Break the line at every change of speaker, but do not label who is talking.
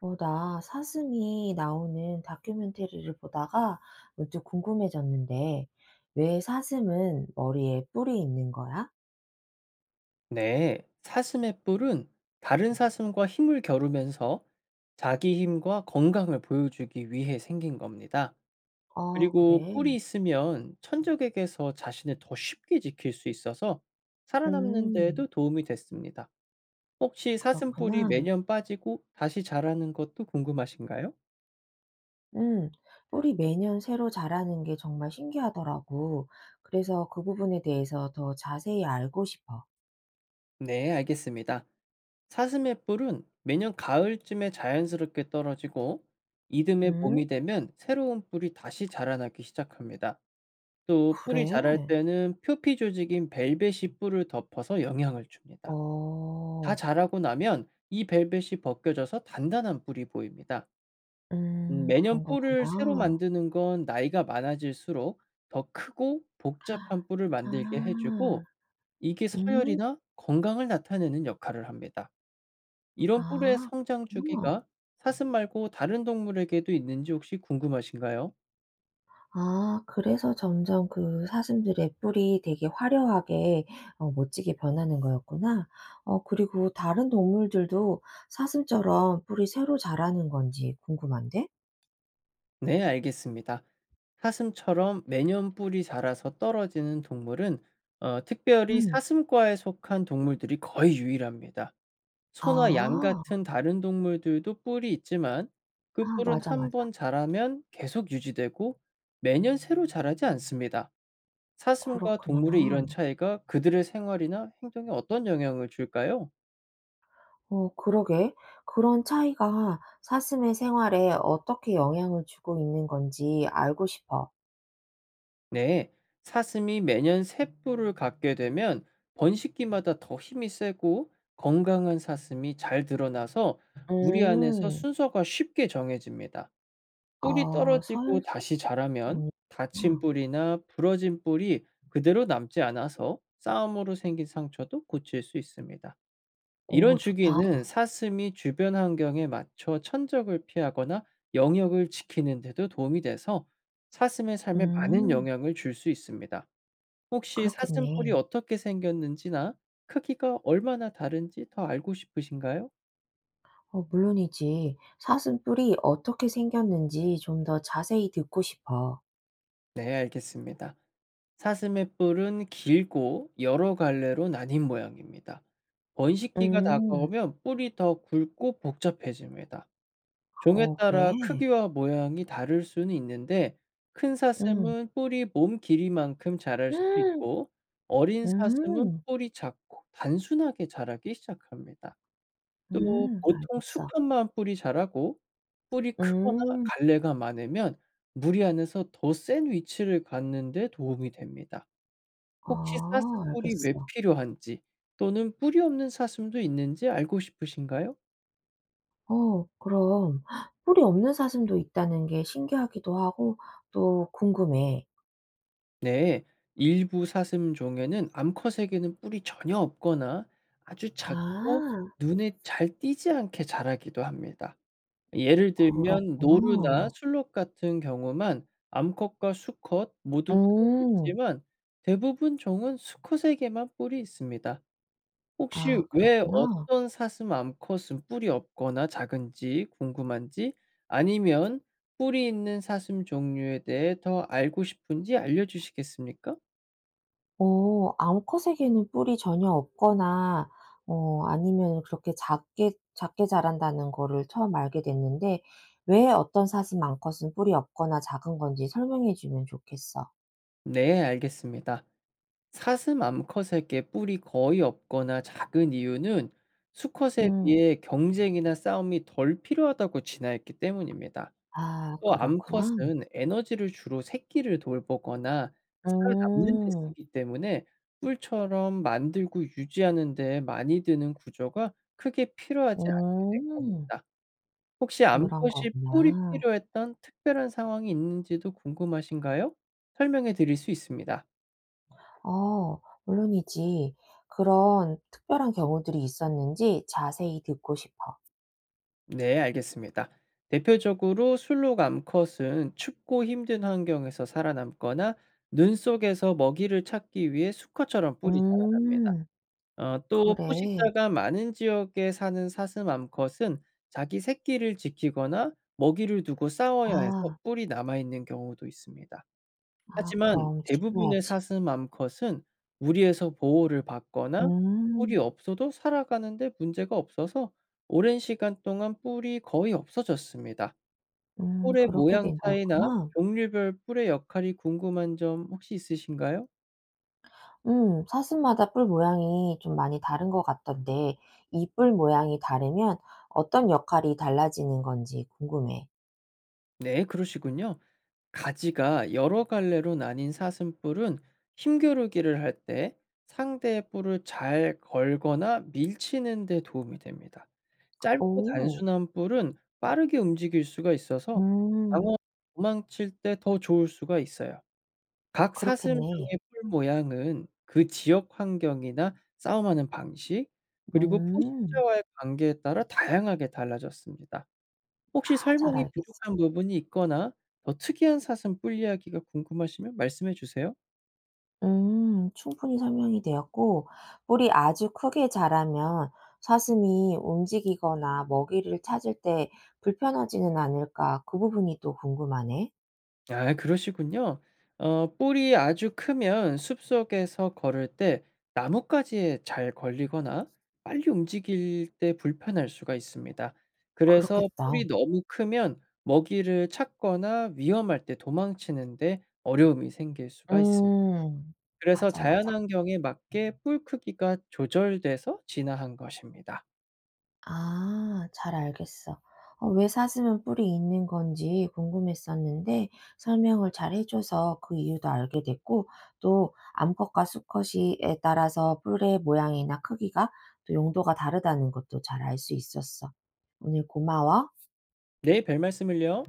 나 사슴이 나오는 다큐멘터리를 보다가 문득 궁금해졌는데, 왜 사슴은 머리에 뿔이 있는 거야?
네, 사슴의 뿔은 다른 사슴과 힘을 겨루면서 자기 힘과 건강을 보여주기 위해 생긴 겁니다.
아,
그리고 뿔이
그래.
있으면 천적에게서 자신을 더 쉽게 지킬 수 있어서 살아남는 데에도
음,
도움이 됐습니다. 혹시 사슴 뿔이
그렇구나.
매년 빠지고 다시 자라는 것도 궁금하신가요?
음, 뿔이 매년 새로 자라는 게 정말 신기하더라고. 그래서 그 부분에 대해서 더 자세히 알고 싶어.
네, 알겠습니다. 사슴의 뿔은 매년 가을쯤에 자연스럽게 떨어지고 이듬해
음,
봄이 되면 새로운 뿔이 다시 자라나기 시작합니다. 또 뿔이
그래.
자랄 때는 표피 조직인 벨벳이 뿔을 덮어서 영향을 줍니다. 다
어,
자라고 나면 이 벨벳이 벗겨져서 단단한 뿔이 보입니다. 매년
그런
뿔을 새로
거구나.
만드는 건 나이가 많아질수록 더 크고 복잡한 뿔을 만들게
아,
해주고 이게
음,
서열이나 건강을 나타내는 역할을 합니다. 이런 뿔의
아,
성장
그렇구나.
주기가 사슴 말고 다른 동물에게도 있는지 혹시 궁금하신가요?
아 그래서 점점 그 사슴들의 뿔이 되게 화려하게 멋지게 변하는 거였구나. 그리고 다른 동물들도 사슴처럼 뿔이 새로 자라는 건지 궁금한데?
네, 알겠습니다. 사슴처럼 매년 뿔이 자라서 떨어지는 동물은 특별히
음.
사슴과에 속한 동물들이 거의 유일합니다. 소나 양
아.
같은 다른 동물들도 뿔이 있지만 그
아
뿔은
맞아,
한
맞아.
번 자라면 계속 유지되고 매년 새로 자라지 않습니다. 사슴과
그렇구나.
동물의 이런 차이가 그들의 생활이나 행동에 어떤 영향을 줄까요?
그러게. 그런 차이가 사슴의 생활에 어떻게 영향을 주고 있는 건지 알고 싶어.
네, 사슴이 매년 새 뿔을 갖게 되면 번식기마다 더 힘이 세고 건강한 사슴이 잘 드러나서 무리 안에서
음.
순서가 쉽게 정해집니다.
아
뿔이
서열
떨어지고 다시
종
자라면
구
다친
나
뿔이나 부러진 뿔이 그대로 남지 않아서 싸움으로 생긴 상처도 고칠 수 있습니다. 이런
오 좋다.
주기는 사슴이 주변 환경에 맞춰 천적을 피하거나 영역을 지키는 데도 도움이 돼서 사슴의 삶에 많은
음.
영향을 줄 수 있습니다. 혹시 사슴뿔이
그렇겠네.
어떻게 생겼는지나 크기가 얼마나 다른지 더 알고 싶으신가요?
물론이지. 사슴뿔이 어떻게 생겼는지 좀 더 자세히 듣고 싶어.
네, 알겠습니다. 사슴의 뿔은 길고 여러 갈래로 나뉜 모양입니다. 번식기가
음.
다가오면 뿔이 더 굵고 복잡해집니다. 종에
그래?
따라 크기와 모양이 다를 수는 있는데 큰
음.
사슴은 뿌리 몸 길이만큼 자랄 수도
음.
있고 어린 사슴은
음.
뿌리 작고 단순하게 자라기 시작합니다. 또 보통
알겠어.
수컷만 뿌리 자라고 뿌리 크거나
음.
갈래가 많으면 무리 안에서 더 센 위치를 갖는 데 도움이 됩니다.
아
혹시 사슴 뿔이 왜
알겠어.
필요한지 또는 뿔이 없는 사슴도 있는지 알고 싶으신가요?
그럼 뿔이 없는 사슴도 있다는 게 신기하기도 하고 또 궁금해.
네, 일부 사슴종에는 암컷에게는 뿔이 전혀 없거나 아주 작고
아
눈에 잘 띄지 않게 자라기도 합니다. 예를 들면 노루나
그렇구나.
술록 같은 경우만 암컷과 수컷 모두 뿔이
음.
있지만 대부분 종은 수컷에게만 뿔이 있습니다.
아
혹시 왜
그렇구나.
어떤 사슴 암컷은 뿔이 없거나 작은지 궁금한지 아니면 뿔이 있는 사슴 종류에 대해 더 알고 싶은지 알려주시겠습니까?
암컷에게는 뿔이 전혀 없거나 아니면 그렇게 작게 작게 자란다는 거를 처음 알게 됐는데 왜 어떤 사슴 암컷은 뿔이 없거나 작은 건지 설명해 주면 좋겠어.
네, 알겠습니다. 사슴 암컷에게 뿔이 거의 없거나 작은 이유는 수컷에
음.
비해 경쟁이나 싸움이 덜 필요하다고 진화했기 때문입니다.
아
또
그렇구나.
암컷은 에너지를 주로 새끼를 돌보거나 살아남는 데
음.
쓰기 때문에 뿔처럼 만들고 유지하는 데 많이 드는 구조가 크게 필요하지 않게 된
음.
겁니다. 혹시
그런
암컷이 뿔이
거구나.
필요했던 특별한 상황이 있는지도 궁금하신가요? 설명해 드릴 수 있습니다.
물론이지. 그런 특별한 경우들이 있었는지 자세히 듣고 싶어.
네, 알겠습니다. 대표적으로 술록 암컷은 춥고 힘든 환경에서 살아남거나 눈 속에서 먹이를 찾기 위해 수컷처럼 뿔이 자라납니다.
음.
또
그래.
포식자가 많은 지역에 사는 사슴 암컷은 자기 새끼를 지키거나 먹이를 두고 싸워야 해서
아.
뿔이 남아있는 경우도 있습니다.
아
하지만
그럼
대부분의
지켜야지.
사슴 암컷은 무리에서 보호를 받거나 뿔이
음.
없어도 살아가는 데 문제가 없어서 오랜 시간 동안 뿔이 거의 없어졌습니다. 뿔의
그렇게
모양
된
차이나
거였구나.
종류별 뿔의 역할이 궁금한 점 혹시 있으신가요?
사슴마다 뿔 모양이 좀 많이 다른 것 같던데 이 뿔 모양이 다르면 어떤 역할이 달라지는 건지 궁금해.
네, 그러시군요. 가지가 여러 갈래로 나뉜 사슴뿔은 힘겨루기를 할 때 상대의 뿔을 잘 걸거나 밀치는 데 도움이 됩니다. 짧고
오.
단순한 뿔은 빠르게 움직일 수가 있어서
음.
방어 도망칠 때 더 좋을 수가 있어요. 각
그렇겠네.
사슴종의 뿔 모양은 그 지역 환경이나 싸움하는 방식, 그리고
음.
포식자와의 관계에 따라 다양하게 달라졌습니다.
아
혹시
잘
설명이
알겠어.
부족한 부분이 있거나 더 특이한 사슴 뿔 이야기가 궁금하시면 말씀해 주세요.
충분히 설명이 되었고 뿔이 아주 크게 자라면 사슴이 움직이거나 먹이를 찾을 때 불편하지는 않을까 그 부분이 또 궁금하네.
아, 그러시군요. 어 뿔이 아주 크면 숲속에서 걸을 때 나뭇가지에 잘 걸리거나 빨리 움직일 때 불편할 수가 있습니다. 그래서
그렇겠다.
뿔이 너무 크면 먹이를 찾거나 위험할 때 도망치는데 어려움이 생길 수가 있습니다.
음.
그래서
맞아, 맞아.
자연환경에 맞게 뿔 크기가 조절돼서 진화한 것입니다.
아 잘 알겠어. 왜 사슴은 뿔이 있는 건지 궁금했었는데 설명을 잘 해 줘서 그 이유도 알게 됐고 또 암컷과 수컷이 에 따라서 뿔의 모양이나 크기가 또 용도가 다르다는 것도 잘 알 수 있었어. 오늘 고마워.
네, 별말씀을요.